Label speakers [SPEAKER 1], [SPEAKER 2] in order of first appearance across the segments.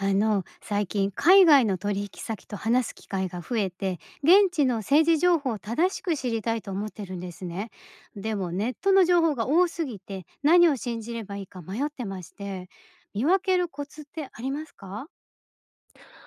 [SPEAKER 1] 最近海外の取引先と話す機会が増えて現地の政治情報を正しく知りたいと思ってるんですね。でもネットの情報が多すぎて何を信じればいいか迷ってまして、見分けるコツってありますか？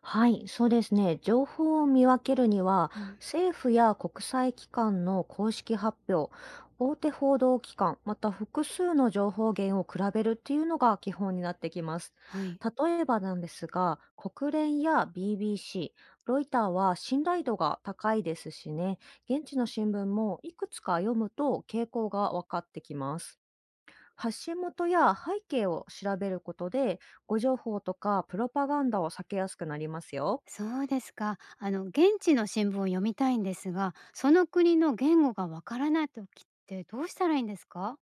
[SPEAKER 2] はい、そうですね。情報を見分けるには、
[SPEAKER 1] うん。
[SPEAKER 2] 政府や国際機関の公式発表、大手報道機関、また複数の情報源を比べるっていうのが基本になってきます。
[SPEAKER 1] はい。
[SPEAKER 2] 例えばなんですが、国連や BBC、ロイターは信頼度が高いですしね、現地の新聞もいくつか読むと傾向が分かってきます。発信元や背景を調べることで、誤情報とかプロパガンダを避けやすくなりますよ。
[SPEAKER 1] そうですか。現地の新聞を読みたいんですが、その国の言語がわからない時ってどうしたらいいんですか？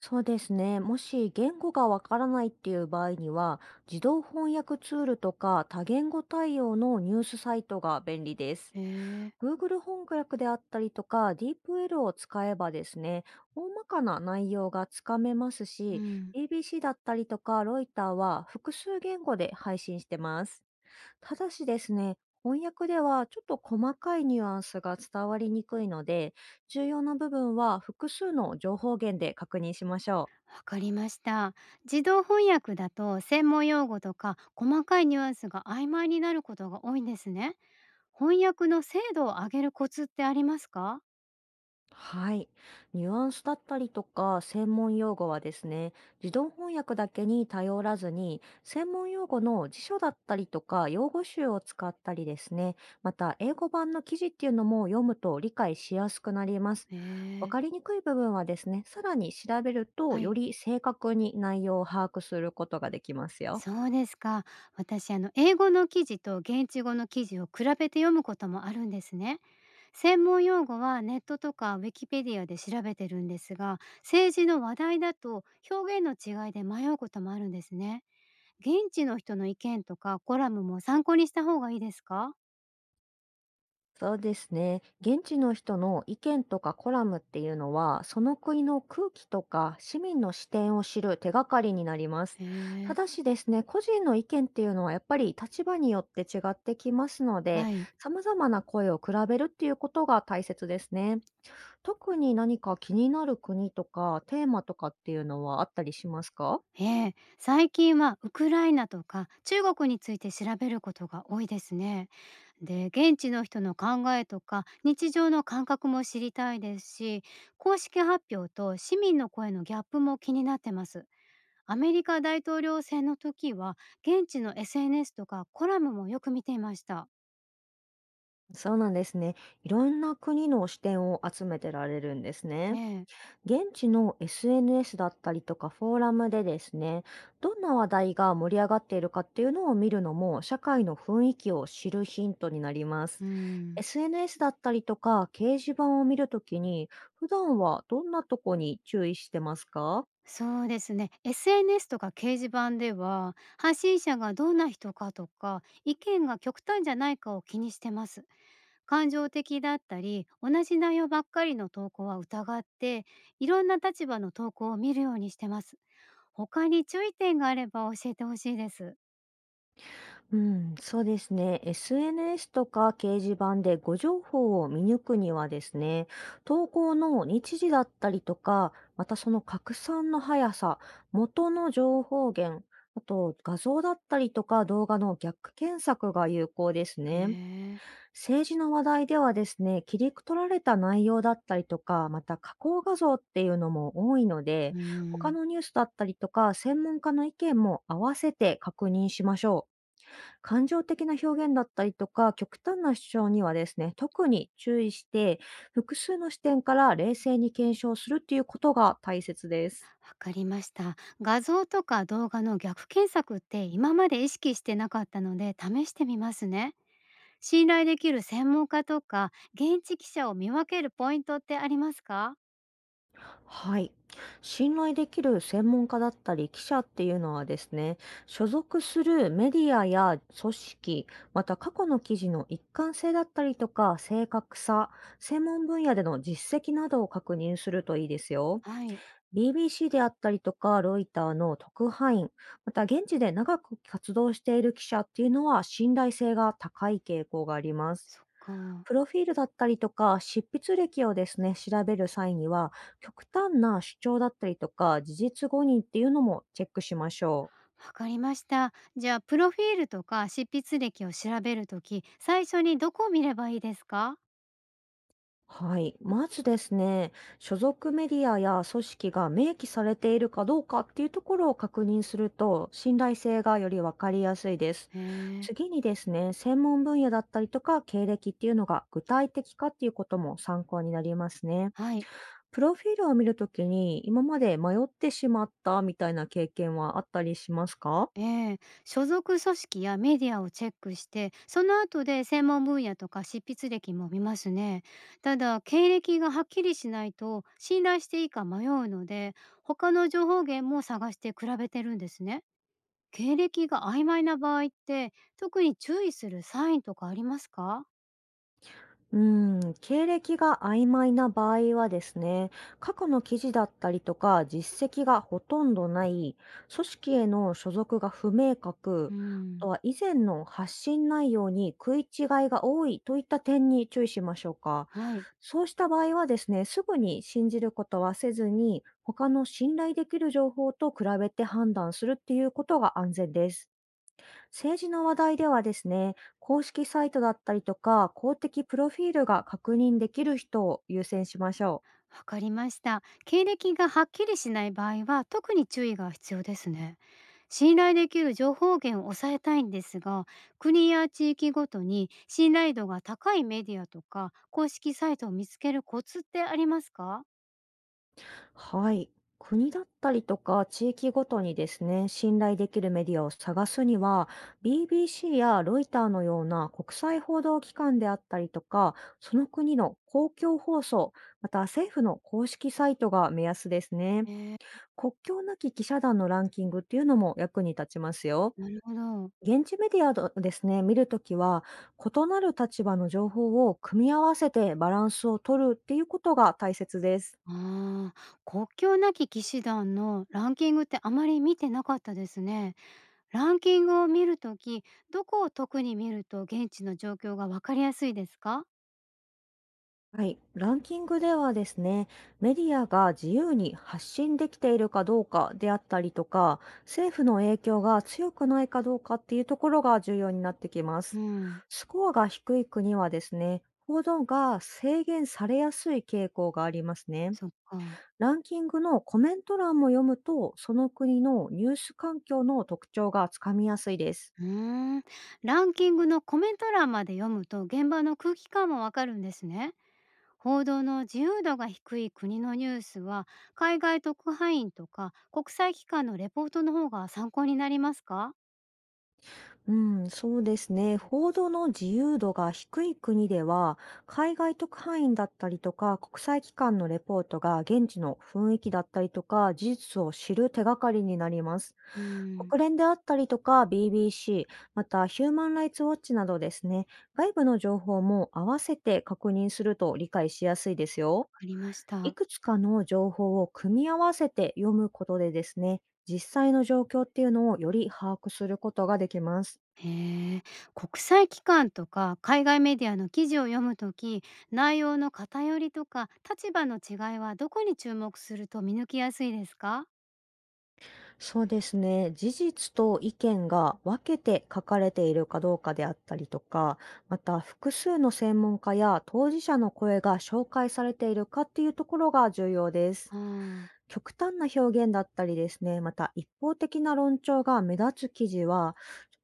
[SPEAKER 2] そうですね。もし言語がわからないっていう場合には、自動翻訳ツールとか多言語対応のニュースサイトが便利です。
[SPEAKER 1] へえ。
[SPEAKER 2] Google 翻訳であったりとか DeepL を使えばですね、大まかな内容がつかめます
[SPEAKER 1] う
[SPEAKER 2] し、
[SPEAKER 1] ん。
[SPEAKER 2] BBC だったりとかロイターは複数言語で配信してます。ただしですね、翻訳ではちょっと細かいニュアンスが伝わりにくいので、重要な部分は複数の情報源で確認しましょう。
[SPEAKER 1] わかりました。自動翻訳だと専門用語とか細かいニュアンスが曖昧になることが多いんですね。翻訳の精度を上げるコツってありますか？
[SPEAKER 2] はい。ニュアンスだったりとか専門用語はですね、自動翻訳だけに頼らずに、専門用語の辞書だったりとか用語集を使ったりですね、また英語版の記事っていうのも読むと理解しやすくなります。
[SPEAKER 1] へ
[SPEAKER 2] わ
[SPEAKER 1] え。
[SPEAKER 2] かりにくい部分はですね、さらに調べると、
[SPEAKER 1] は
[SPEAKER 2] よ
[SPEAKER 1] い。
[SPEAKER 2] り正確に内容を把握することができますよ。
[SPEAKER 1] そうですか。私、英語の記事と現地語の記事を比べて読むこともあるんですね。専門用語はネットとかウィキペディアで調べてるんですが、政治の話題だと表現の違いで迷うこともあるんですね。現地の人の意見とかコラムも参考にした方がいいですか？
[SPEAKER 2] そうですね。現地の人の意見とかコラムっていうのは、その国の空気とか市民の視点を知る手がかりになります。
[SPEAKER 1] へ
[SPEAKER 2] た
[SPEAKER 1] え、
[SPEAKER 2] だしですね、個人の意見っていうのはやっぱり立場によって違ってきますので、
[SPEAKER 1] はい。
[SPEAKER 2] 様々な声を比べるっていうことが大切ですね。特に何か気になる国とかテーマとかっていうのはあったりしますか？
[SPEAKER 1] ええ、最近はウクライナとか中国について調べることが多いですね。で、現地の人の考えとか日常の感覚も知りたいですし、公式発表と市民の声のギャップも気になってます。アメリカ大統領選の時は現地の SNS とかコラムもよく見ていました。
[SPEAKER 2] そうなんですね。いろんな国の視点を集めてられるんですね。
[SPEAKER 1] ねえ、
[SPEAKER 2] 現地の SNS だったりとかフォーラムでですね、どんな話題が盛り上がっているかっていうのを見るのも、社会の雰囲気を知るヒントになりま
[SPEAKER 1] う
[SPEAKER 2] す。
[SPEAKER 1] ん。
[SPEAKER 2] SNS だったりとか掲示板を見るときに、普段はどんなとこに注意してますか？
[SPEAKER 1] そうですね。SNS とか掲示板では、発信者がどんな人かとか、意見が極端じゃないかを気にしてます。感情的だったり、同じ内容ばっかりの投稿は疑って、いろんな立場の投稿を見るようにしてます。他に注意点があれば教えてほしいです。
[SPEAKER 2] うん、そうですね。SNS とか掲示板でご情報を見抜くにはですね、投稿の日時だったりとか、またその拡散の速さ、元の情報源、あと画像だったりとか動画の逆検索が有効です
[SPEAKER 1] へ
[SPEAKER 2] ね。
[SPEAKER 1] え、
[SPEAKER 2] 政治の話題ではですね、切り取られた内容だったりとか、また加工画像っていうのも多いので、
[SPEAKER 1] う
[SPEAKER 2] 他
[SPEAKER 1] ん。
[SPEAKER 2] のニュースだったりとか、専門家の意見も合わせて確認しましょう。感情的な表現だったりとか、極端な主張にはですね、特に注意して、複数の視点から冷静に検証するっていうことが大切です。
[SPEAKER 1] わかりました。画像とか動画の逆検索って今まで意識してなかったので試してみますね。信頼できる専門家とか現地記者を見分けるポイントってありますか？
[SPEAKER 2] はい。信頼できる専門家だったり記者っていうのはですね、所属するメディアや組織、また過去の記事の一貫性だったりとか、正確さ、専門分野での実績などを確認するといいですよ。
[SPEAKER 1] はい、
[SPEAKER 2] BBC であったりとか、ロイターの特派員、また現地で長く活動している記者っていうのは信頼性が高い傾向があります。
[SPEAKER 1] そっか。
[SPEAKER 2] プロフィールだったりとか、執筆歴をですね、調べる際には、極端な主張だったりとか、事実誤認っていうのもチェックしましょう。
[SPEAKER 1] わかりました。じゃあ、プロフィールとか執筆歴を調べるとき、最初にどこを見ればいいですか？
[SPEAKER 2] はい。まずですね、所属メディアや組織が明記されているかどうかっていうところを確認すると、信頼性がよりわかりやすいです。
[SPEAKER 1] へえ、
[SPEAKER 2] 次にですね、専門分野だったりとか経歴っていうのが具体的かっていうことも参考になりますね。
[SPEAKER 1] はい。
[SPEAKER 2] プロフィールを見るときに、今まで迷ってしまったみたいな経験はあったりしますか？
[SPEAKER 1] ええ、所属組織やメディアをチェックして、その後で専門分野とか執筆歴も見ますね。ただ、経歴がはっきりしないと信頼していいか迷うので、他の情報源も探して比べてるんですね。経歴が曖昧な場合って、特に注意するサインとかありますか？
[SPEAKER 2] うん、経歴が曖昧な場合はですね、過去の記事だったりとか実績がほとんどない、組織への所属が不明
[SPEAKER 1] う
[SPEAKER 2] 確、あと
[SPEAKER 1] ん。
[SPEAKER 2] は以前の発信内容に食い違いが多いといった点に注意しましょうか。
[SPEAKER 1] はい、
[SPEAKER 2] そうした場合はですね、すぐに信じることはせずに、他の信頼できる情報と比べて判断するっていうことが安全です。政治の話題ではですね、公式サイトだったりとか、公的プロフィールが確認できる人を優先しましょ
[SPEAKER 1] わかりました。経歴がはっきりしない場合は、特に注意が必要ですね。信頼できる情報源を抑えたいんですが、国や地域ごとに信頼度が高いメディアとか公式サイトを見つけるコツってありますか？
[SPEAKER 2] う。はい。国だったりとか、地域ごとにですね、信頼できるメディアを探すには、BBC やロイターのような国際報道機関であったりとか、その国の公共放送、また政府の公式サイトが目安ですね。
[SPEAKER 1] えー、
[SPEAKER 2] 国境なき記者団のランキングっていうのも役に立ちますよ。
[SPEAKER 1] なるほど。
[SPEAKER 2] 現地メディアどですね、見るときは、異なる立場の情報を組み合わせてバランスを取るっていうことが大切です。
[SPEAKER 1] ああ、国境なき騎士団のランキングってあまり見てなかったですね。ランキングを見るとき、どこを特に見ると現地の状況がわかりやすいですか？
[SPEAKER 2] はい。ランキングではですね、メディアが自由に発信できているかどうかであったりとか、政府の影響が強くないかどうかっていうところが重要になってきま
[SPEAKER 1] う
[SPEAKER 2] す。
[SPEAKER 1] ん。
[SPEAKER 2] スコアが低い国はですね、報道が制限されやすい傾向がありますね。
[SPEAKER 1] そっか。
[SPEAKER 2] ランキングのコメント欄も読むと、その国のニュース環境の特徴がつかみやすいです。
[SPEAKER 1] うーん。ランキングのコメント欄まで読むと現場の空気感もわかるんですね。報道の自由度が低い国のニュースは、海外特派員とか国際機関のレポートの方が参考になりますか？
[SPEAKER 2] うん、そうですね。報道の自由度が低い国では、海外特派員だったりとか、国際機関のレポートが現地の雰囲気だったりとか、事実を知る手がかりになります。
[SPEAKER 1] うん。
[SPEAKER 2] 国連であったりとか、BBC、またヒューマンライツウォッチなどですね、外部の情報も合わせて確認すると理解しやすいです
[SPEAKER 1] わ
[SPEAKER 2] よ。
[SPEAKER 1] かりました。
[SPEAKER 2] いくつかの情報を組み合わせて読むことでですね、実際の状況っていうのをより把握することができます。
[SPEAKER 1] へえ、国際機関とか海外メディアの記事を読むとき、内容の偏りとか立場の違いはどこに注目すると見抜きやすいですか？
[SPEAKER 2] そうですね。事実と意見が分けて書かれているかどうかであったりとか、また複数の専門家や当事者の声が紹介されているかっていうところが重要です。
[SPEAKER 1] ああ、
[SPEAKER 2] 極端な表現だったりですね、また一方的な論調が目立つ記事は、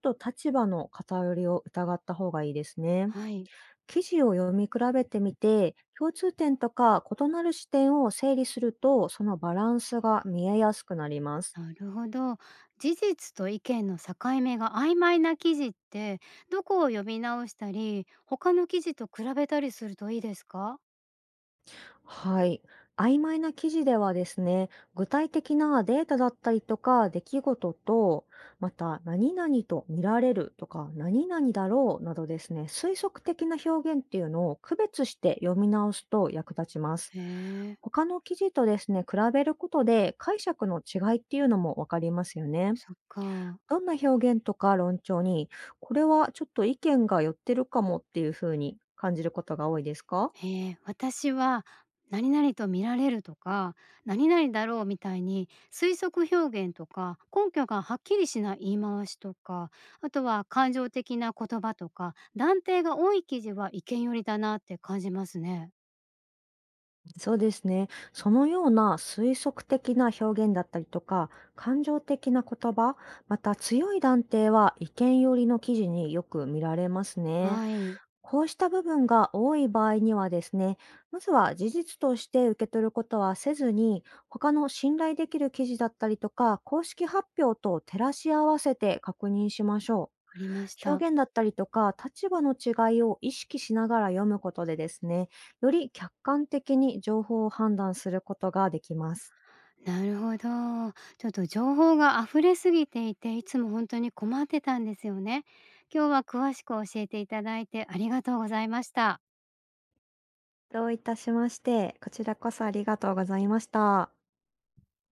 [SPEAKER 2] ちょっと立場の偏りを疑った方がいいですね。
[SPEAKER 1] はい。
[SPEAKER 2] 記事を読み比べてみて、共通点とか異なる視点を整理すると、そのバランスが見えやすくなります。
[SPEAKER 1] なるほど。事実と意見の境目が曖昧な記事って、どこを読み直したり、他の記事と比べたりするといいですか？
[SPEAKER 2] はい。曖昧な記事ではですね、具体的なデータだったりとか出来事と、また何々と見られるとか何々だろうなどですね、推測的な表現っていうのを区別して読み直すと役立ちます。
[SPEAKER 1] へえ、
[SPEAKER 2] 他の記事とですね、比べることで解釈の違いっていうのもわかりますよね。
[SPEAKER 1] そっか。
[SPEAKER 2] どんな表現とか論調に、これはちょっと意見が寄ってるかもっていうふうに感じることが多いですか？
[SPEAKER 1] 私は、何々と見られるとか、何々だろうみたいに推測表現とか、根拠がはっきりしない言い回しとか、あとは感情的な言葉とか、断定が多い記事は意見寄りだなって感じますね。
[SPEAKER 2] そうですね。そのような推測的な表現だったりとか、感情的な言葉、また強い断定は意見寄りの記事によく見られますね。
[SPEAKER 1] はい、
[SPEAKER 2] こうした部分が多い場合にはですね、まずは事実として受け取ることはせずに、他の信頼できる記事だったりとか、公式発表と照らし合わせて確認しましょう。
[SPEAKER 1] わかりました。
[SPEAKER 2] 表現だったりとか、立場の違いを意識しながら読むことでですね、より客観的に情報を判断することができます。
[SPEAKER 1] なるほど。ちょっと情報が溢れすぎていて、いつも本当に困ってたんですよね。今日は詳しく教えていただいてありがとうございました。
[SPEAKER 2] どういたしまして、こちらこそありがとうございました。